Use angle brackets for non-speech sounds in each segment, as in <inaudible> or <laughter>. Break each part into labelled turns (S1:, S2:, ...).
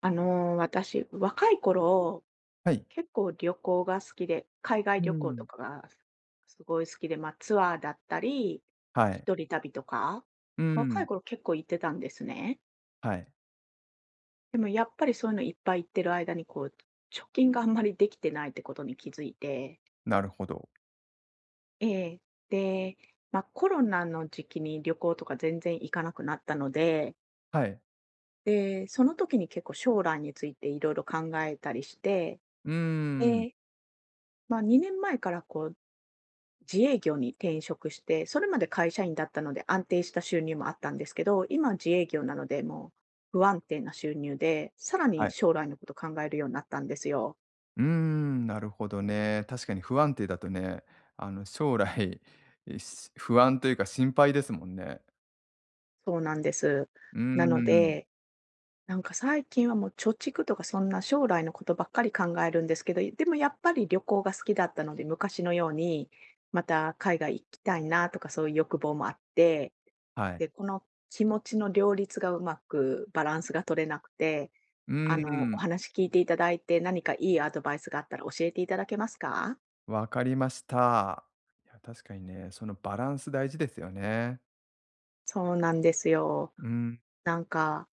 S1: 私、若い頃、
S2: はい。
S1: 結構旅行が好きで、海外
S2: う
S1: 旅行と
S2: ん。
S1: かがすごい好きで、ツアーだったり、
S2: はい。
S1: 一人旅とか、
S2: う
S1: 若
S2: ん、
S1: い頃結構行ってたんですね。
S2: はい。
S1: でもやっぱりそういうのいっぱい行ってる間に、こう、貯金があんまりできてないってことに気づいて。
S2: なるほど。
S1: ええ。で、コロナの時期に旅行とか全然行かなくなったので、
S2: はい。
S1: で、その時に結構将来についていろいろ考えたりして、
S2: うーん、
S1: で、まあ、2年前からこう自営業に転職して、それまで会社員だったので安定した収入もあったんですけど、今は自営業なので、もう不安定な収入で、さら
S2: は
S1: に
S2: い。
S1: 将来のこと考えるようになったんですよ。
S2: うーん、なるほどね。確かに不安定だとね、将来、不安というか心配ですもんね。
S1: そうなんです。
S2: うー
S1: なの
S2: ん、
S1: で、なんか最近はもう貯蓄とかそんな将来のことばっかり考えるんですけど、でもやっぱり旅行が好きだったので、昔のようにまた海外行きたいなとかそういう欲望もあって、
S2: はい。
S1: で、この気持ちの両立がうまくバランスが取れなくて、
S2: うー
S1: お
S2: ん、
S1: 話聞いていただいて、何かいいアドバイスがあったら教えていただけますか？
S2: わかりました。いや、確かにね、そのバランス大事ですよね。
S1: そうなんですよ。
S2: うん、
S1: なんか、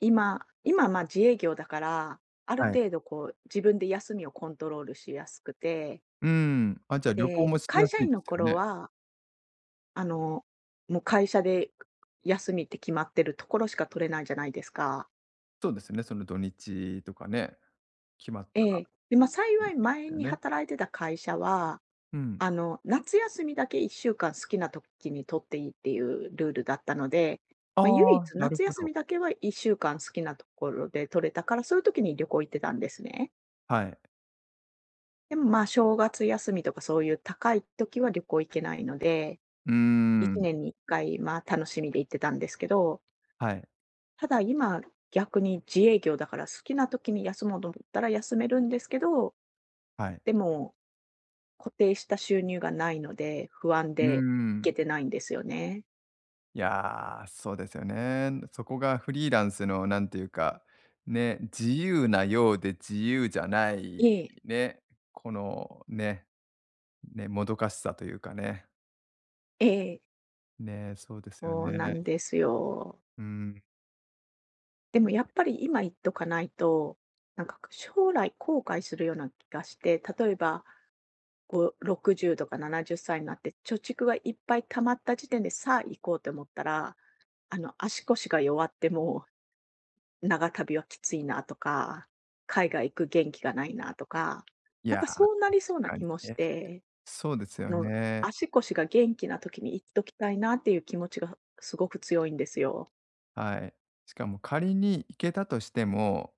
S1: 今、自営業だから、ある
S2: はい。
S1: 程度こう、自分で休みをコントロールしやすくて、
S2: うーん、あ、じゃあ、旅行
S1: で、
S2: もしや
S1: 会社
S2: すい
S1: 員
S2: で
S1: の
S2: すよ
S1: 頃
S2: ね。
S1: は、あの、もう会社で休みって決まってるところしか取れないじゃないですか。
S2: そうですね、その土日とかね、決まっ
S1: え
S2: た
S1: え。で、
S2: <unintelligible>
S1: 幸
S2: で
S1: い前
S2: すよ
S1: に
S2: ね。
S1: 働いてた会社は、
S2: うん。
S1: 夏休みだけ1週間好きな時に取っていいっていうルールだったので、まあ、唯
S2: ああ、
S1: 一
S2: なる
S1: 夏
S2: ほ
S1: 休
S2: ど。
S1: みだけは1週間好きなところで取れたから、そういう時に旅行行ってたんですね。
S2: はい。
S1: でも、まあ、正月休みとかそういう高い時は旅行行けないので、
S2: うー
S1: 1
S2: ん。
S1: 年に1回、まあ、楽しみで行ってたんですけど、
S2: はい、
S1: ただ今、逆に自営業だから好きな時に休もうと思ったら休めるんですけど、
S2: はい。
S1: でも固定した収入がないので、不安
S2: うー
S1: で行
S2: ん。
S1: けてないんですよね。
S2: いや、そうですよね。そこがフリーランスのなんていうか、ね、自由なようで自由じゃない
S1: ええ。
S2: ね、このね、ね、もどかしさというかね。
S1: ええ、
S2: ね、そうですよ
S1: そうな
S2: ね。
S1: んですよ。
S2: うん。
S1: でもやっぱり今言っとかないと、なんか将来後悔するような気がして、例えばこう60とか70歳になって貯蓄がいっぱい溜まった時点でさあ行こうと思ったら、足腰が弱ってもう長旅はきついなとか、海外行く元気がないなとか、
S2: い
S1: なん
S2: や、
S1: か
S2: 確
S1: そうなりそうな
S2: か
S1: 気
S2: に
S1: もし
S2: ね。
S1: て、
S2: そうです
S1: こ
S2: よ
S1: の
S2: ね。
S1: 足腰が元気な時に行っときたいなっていう気持ちがすごく強いんですよ。
S2: はい。しかも仮に行けたとしても、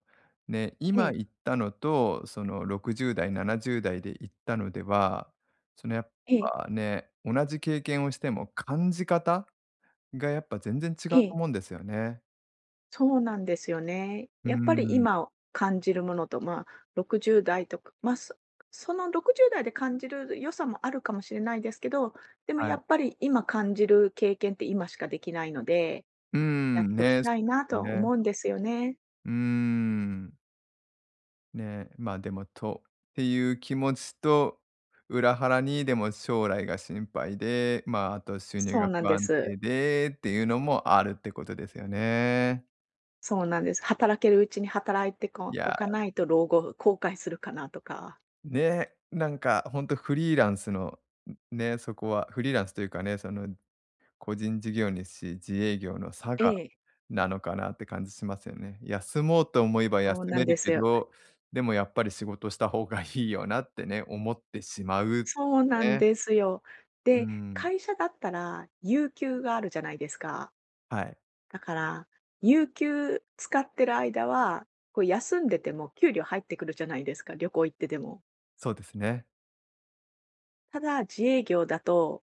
S2: ね、
S1: え
S2: 今
S1: え、
S2: 行ったのと、その60代、70代で行ったのでは、そのやっ
S1: ええ。
S2: ぱね、同じ経験をしても感じ方がやっぱ全然違う
S1: え
S2: と
S1: え、
S2: 思うんですよね。
S1: そうなんですよね。
S2: うー
S1: やっぱり
S2: ん、
S1: 今感じるものと、まあ、60代とか、まあ、その60代で感じる良さもあるかもしれないですけど、でも
S2: は
S1: や
S2: い。
S1: っぱり今感じる経験って今しかできないので、
S2: うー
S1: やっ
S2: ん、
S1: とき
S2: ね、そ
S1: た
S2: う
S1: い
S2: で
S1: な
S2: す
S1: とは
S2: ね。
S1: 思うんですよね。
S2: うーん。ね、まあ、でもとっていう気持ちと、裏腹にでも将来が心配で、まあ、あと収入
S1: そう
S2: が
S1: なん
S2: 不
S1: で
S2: 安定
S1: す。
S2: でっていうのもあるってことですよね。
S1: そうなんです。働けるうちに働いて
S2: い
S1: こお
S2: や、
S1: かないと老後後悔するかなとか。
S2: ね、なんかほんとフリーランスの、ね、そこはフリーランスというかね、その個人事業主、自営業の差
S1: え
S2: が
S1: え、
S2: なのかなって感じしますよね。休もうと思えば休
S1: そうな
S2: め
S1: んで
S2: る
S1: す
S2: け
S1: よ。
S2: ど、でもやっぱり仕事した方がいいよなってね、思ってしまう、
S1: そうなん
S2: ね。
S1: ですよ。
S2: うー
S1: で、
S2: ん、
S1: 会社だったら有給があるじゃないですか。
S2: はい、
S1: だから、有給使ってる間は、こう休んでても給料入ってくるじゃないですか、旅行行ってでも。
S2: そうですね。
S1: ただ、自営業だと、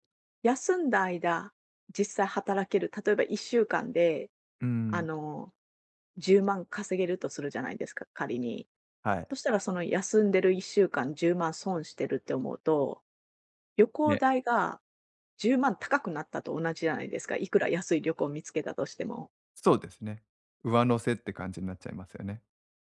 S1: 休んだ間、実際働ける、例えば1週間で、
S2: うー
S1: あ
S2: ん、
S1: の、10万稼げるとするじゃないですか、仮に。
S2: はい。
S1: そしたらその休んでる1週間10万損してるって思うと、旅行
S2: ね、
S1: 代が10万高くなったと同じじゃないですか、いくら安い旅行を見つけたとしても。
S2: そうですね。上乗せって感じになっちゃいますよね。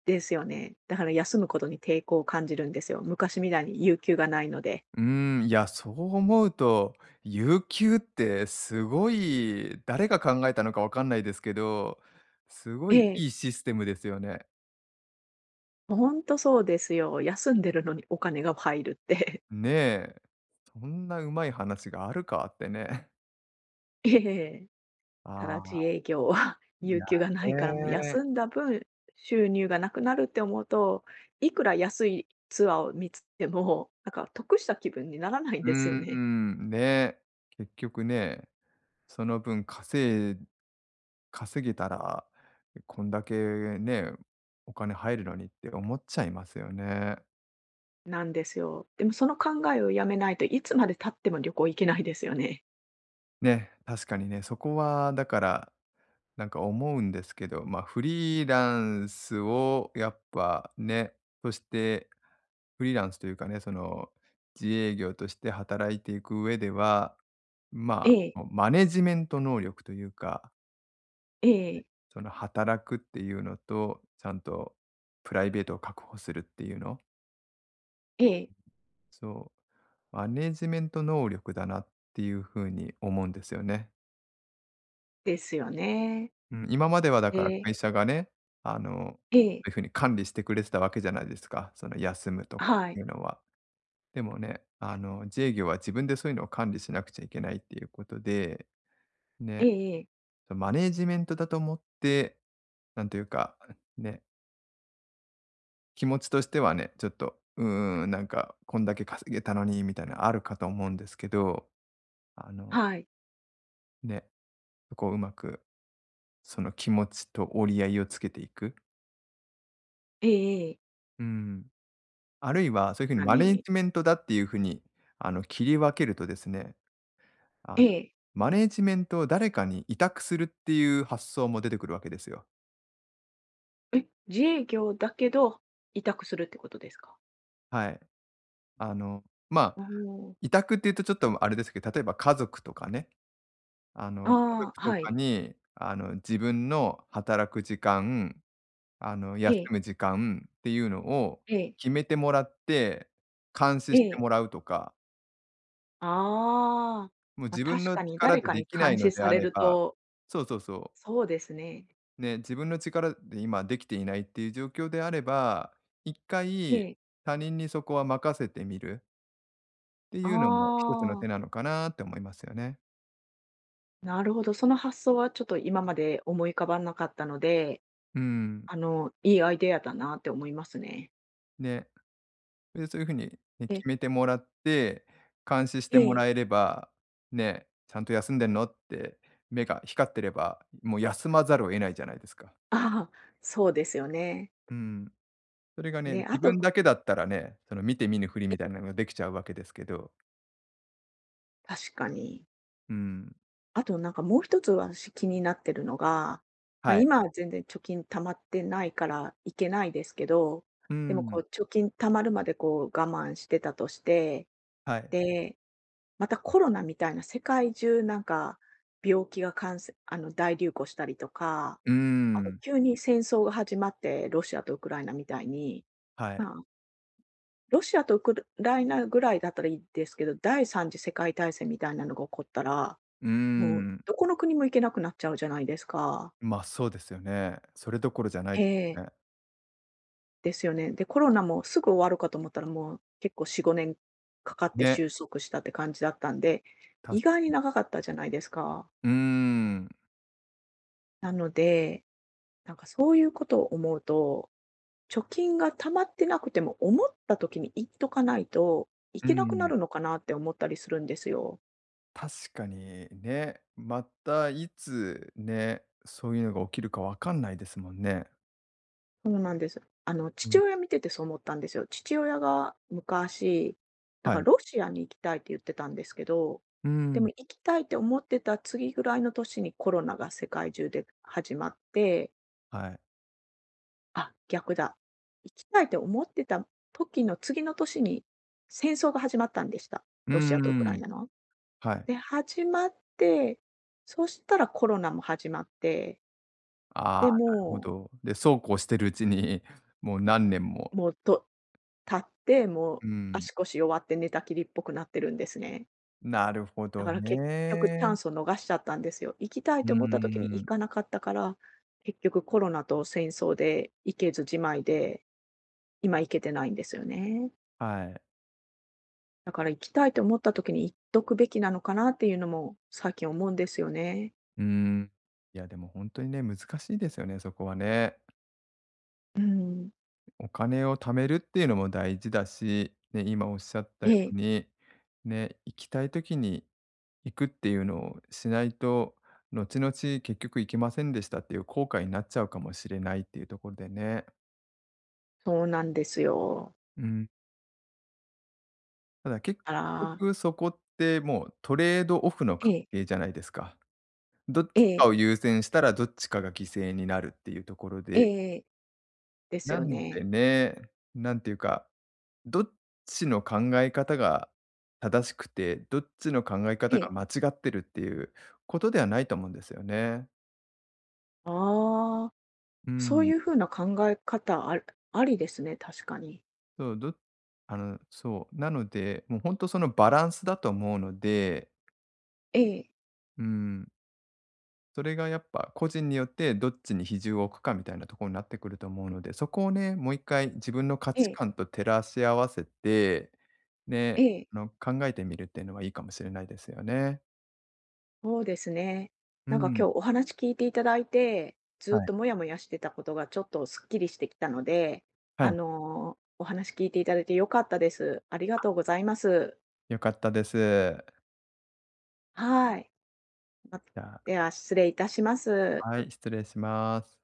S1: ですよね。だから休むことに抵抗を感じるんですよ。昔みたいに有給がないので。
S2: うーん、いや、そう思うと、有給ってすごい誰が考えたのかわかんないですけど、すご
S1: え
S2: い
S1: え、
S2: いいシステムですよね。
S1: ほんとそうですよ。休んでるのにお金が入るって。
S2: ねえ。そんなうまい話があるかってね。
S1: <laughs> ええ。
S2: <laughs>
S1: ただ
S2: ああ、
S1: 自営業は <laughs>
S2: い
S1: 有
S2: や、
S1: 給がないから、もう
S2: ね。
S1: 休んだ分、収入がなくなるって思うと、いくら安いツアーを見つけても、なんか得した気分にならないん
S2: うー
S1: ですよね。
S2: ん、ね。結局ねその分稼げたら、こんだけね、お金入るのにって思っちゃいますよね。
S1: なんですよ。でもその考えをやめないといつまで経っても旅行行けないですよね。
S2: ね、確かにね、そこはだから、なんか思うんですけど、まあ、フリーランスをやっぱね、そしてフリーランスというかね、その自営業として働いていく上では、
S1: え
S2: ま
S1: え、
S2: あ、マネジメント能力というか
S1: ええ、
S2: その働くっていうのと、ちゃんとプライベートを確保するっていうの、
S1: ええ、
S2: そう、マネジメント能力だなっていう風に思うんですよね。
S1: ですよね。
S2: うん、今まではだ
S1: え
S2: から会
S1: え。
S2: 社がね、あの、
S1: え
S2: そ
S1: え、
S2: ういうふうに管理してくれてたわけじゃないですか、その休むとかっ
S1: は
S2: てい
S1: い。
S2: うのは。でもね、自営業は自分でそういうのを管理しなくちゃいけないっていうことで、
S1: え
S2: ね、
S1: えええ、
S2: マネージメントだと思って、なんというか、ね、気持ちとしてはね、ちょっと、なんか、こんだけ稼げたのにみたいなあるかと思うんですけど、あの、
S1: はい。
S2: ね、そこをうまく、その気持ちと折り合いをつけていく。
S1: ええええ。
S2: うん。あるいは、そういうふうにマネジメントだっていうふうに、切り分けるとですね、あ
S1: え
S2: の、
S1: え。
S2: マネジメントを誰かに委託するっていう発想も出てくるわけですよ。
S1: え、自営業だけど、委託するってことですか？
S2: はい。あの、まあ、
S1: おおー、
S2: 委託っていうとちょっとあれですけど、例えば家族とかね、家
S1: ああ、
S2: 族と
S1: は
S2: か
S1: い。
S2: に、自分の働く時間、
S1: え
S2: 休
S1: え、
S2: む時間っていうのを
S1: ええ、
S2: 決めてもらって、監視
S1: え
S2: して
S1: え。
S2: もらうとか、
S1: ああ、
S2: もう
S1: まあ、
S2: 自分
S1: 確
S2: の
S1: かに
S2: 力
S1: 誰
S2: で
S1: か
S2: で
S1: に
S2: きない
S1: 監
S2: の
S1: 視
S2: で
S1: さ
S2: あ
S1: れ
S2: れ
S1: る
S2: ば
S1: と、
S2: そうそうそ
S1: そうですね。
S2: う、ね、自分の力で今できていないっていう状況であれば、一
S1: え
S2: 回
S1: え、
S2: 他人にそこは任せてみるって
S1: あ
S2: いうのも一つの手
S1: あ、
S2: なのかなって思いますよね。
S1: なるほど。その発想はちょっと今まで思い浮かばなかったので、
S2: うん。
S1: いいアイデアだなって思いますね。
S2: ね。で、そういう風にね、
S1: え
S2: 決
S1: え、
S2: めてもらって、監視して
S1: え
S2: も
S1: え、
S2: らえれば、ね、ちゃんと休んでんのって、目が光ってれば、もう休まざるを得ないじゃないですか。
S1: ああ、そうですよね。
S2: うん。それがね、
S1: で、あ
S2: 自分
S1: と
S2: だけだったらね、その見て見ぬふりみ
S1: え
S2: たいなのができちゃうわけですけど、
S1: 確かに。
S2: うん、
S1: あとなんかもう一つ私気になってるのが、まあ、
S2: はい。
S1: 今は全然貯金溜まってないからいけないですけど、
S2: う
S1: でもこ
S2: ん、
S1: う貯金溜まるまでこう我慢してたとして、
S2: はい。
S1: で、またコロナみたいな世界中なんか病気が感染大流行したりとか、
S2: うー
S1: あと
S2: ん、
S1: 急に戦争が始まって、ロシアとウクライナみたいに、
S2: はい。
S1: まあロシアとウクライナぐらいだったらいいですけど、第三次世界大戦みたいなのが起こったら、
S2: うー
S1: もう
S2: ん、
S1: どこの国も行けなくなっちゃうじゃないですか。
S2: ま、そうですよね。それどころじゃない
S1: え
S2: です
S1: え、
S2: ね。
S1: ですよね。で、コロナもすぐ終わるかと思ったら、もう結構4、5年かかって
S2: ね、
S1: 収束したって感じだったんで、
S2: た
S1: 意
S2: す
S1: 外に長かったじゃないですか。
S2: うーん、
S1: なので、なんかそういうことを思うと、貯金が溜まってなくても、思った時に行っとかないと、行
S2: う
S1: けなくな
S2: ん。
S1: るのかなって思ったりするんですよ。
S2: 確かにね、またいつね、そういうのが起きるかわかんないですもんね。
S1: そうなんです。
S2: う
S1: 父
S2: ん。
S1: 親見ててそう思ったんですよ。父親が昔、なん
S2: は
S1: か
S2: い。
S1: ロシアに行きたいって言ってたんですけど、
S2: う
S1: で
S2: ん。
S1: も行きたいって思ってた次ぐらいの年にコロナが世界中で始まって、
S2: はい。
S1: あ、逆だ。行きたいって思ってた時の次の年に戦争が始まったんでした。
S2: う
S1: ロシアとウクラ
S2: ん。
S1: イナの。
S2: はい。
S1: で、始まって、そしたらコロナも始まって、
S2: ああ、な
S1: で
S2: るほ
S1: も
S2: ど。で、そうこうしてるうちに、もう何年も。
S1: もう、と立って、もう
S2: うん。
S1: 足腰弱って寝たきりっぽくなってるんですね。
S2: なるほ
S1: だ
S2: ど
S1: から結局チャ
S2: ね。
S1: ンスを逃しちゃったんですよ。行きたい
S2: うー
S1: と思った時に行
S2: ん。
S1: かなかったから、結局コロナと戦争で行けずじまいで、今行けてないんですよね。
S2: はい。
S1: だから行きたいと思った時に行っとくべきなのかなっていうのも最近思うんですよね。
S2: うーん。いや、でもほんとにね、難しいですよね、そこはね。
S1: うん。
S2: お金を貯めるっていうのも大事だし、ね、今おっしゃった
S1: え
S2: よう
S1: え、
S2: に、ね、行きたい時に行くっていうのをしないと、後々結局行けませんでしたっていう後悔になっちゃうかもしれないっていうところでね。
S1: そうなんですよ。
S2: うん。ただ結
S1: だから
S2: 局そこってもうトレードオフの
S1: え
S2: 関係
S1: え、
S2: じゃないですか。どっち
S1: え
S2: かを
S1: え、
S2: 優先したらどっちかが犠牲になるっていうところ
S1: ええ
S2: で、
S1: ええ、です
S2: な
S1: よ
S2: んで
S1: ね。
S2: ね、なんていうか、どっちの考え方が正しくて、どっちの考え
S1: え
S2: 方が
S1: え。
S2: 間違ってるっていうことではないと思うんですよね。
S1: ああ。
S2: う
S1: そうい
S2: ん。
S1: う風な考え方ありですね、確かに。
S2: そう、どあの、そう。なので、もう本当そのバランスだと思うので、
S1: ええ、
S2: うん、それがやっぱ個人によってどっちに比重を置くかみたいなところになってくると思うので、そこをね、もう一回自分の価
S1: え
S2: 値
S1: え、
S2: 観と照らし合わせて、
S1: え
S2: ね、
S1: え、
S2: 考えてみるっていうのはいいかもしれないですよね。
S1: そうですね。
S2: う
S1: なんか
S2: ん。
S1: 今日お話聞いていただいて、
S2: は
S1: ずっ
S2: い。
S1: ともやもやしてたことがちょっとすっきりしてきたので、
S2: はい、
S1: お話聞いていただいて良かったです。ありがとうございます。
S2: 良かったです。
S1: はい。ま
S2: じゃ
S1: では失礼いたします。
S2: あ、はい、失礼します。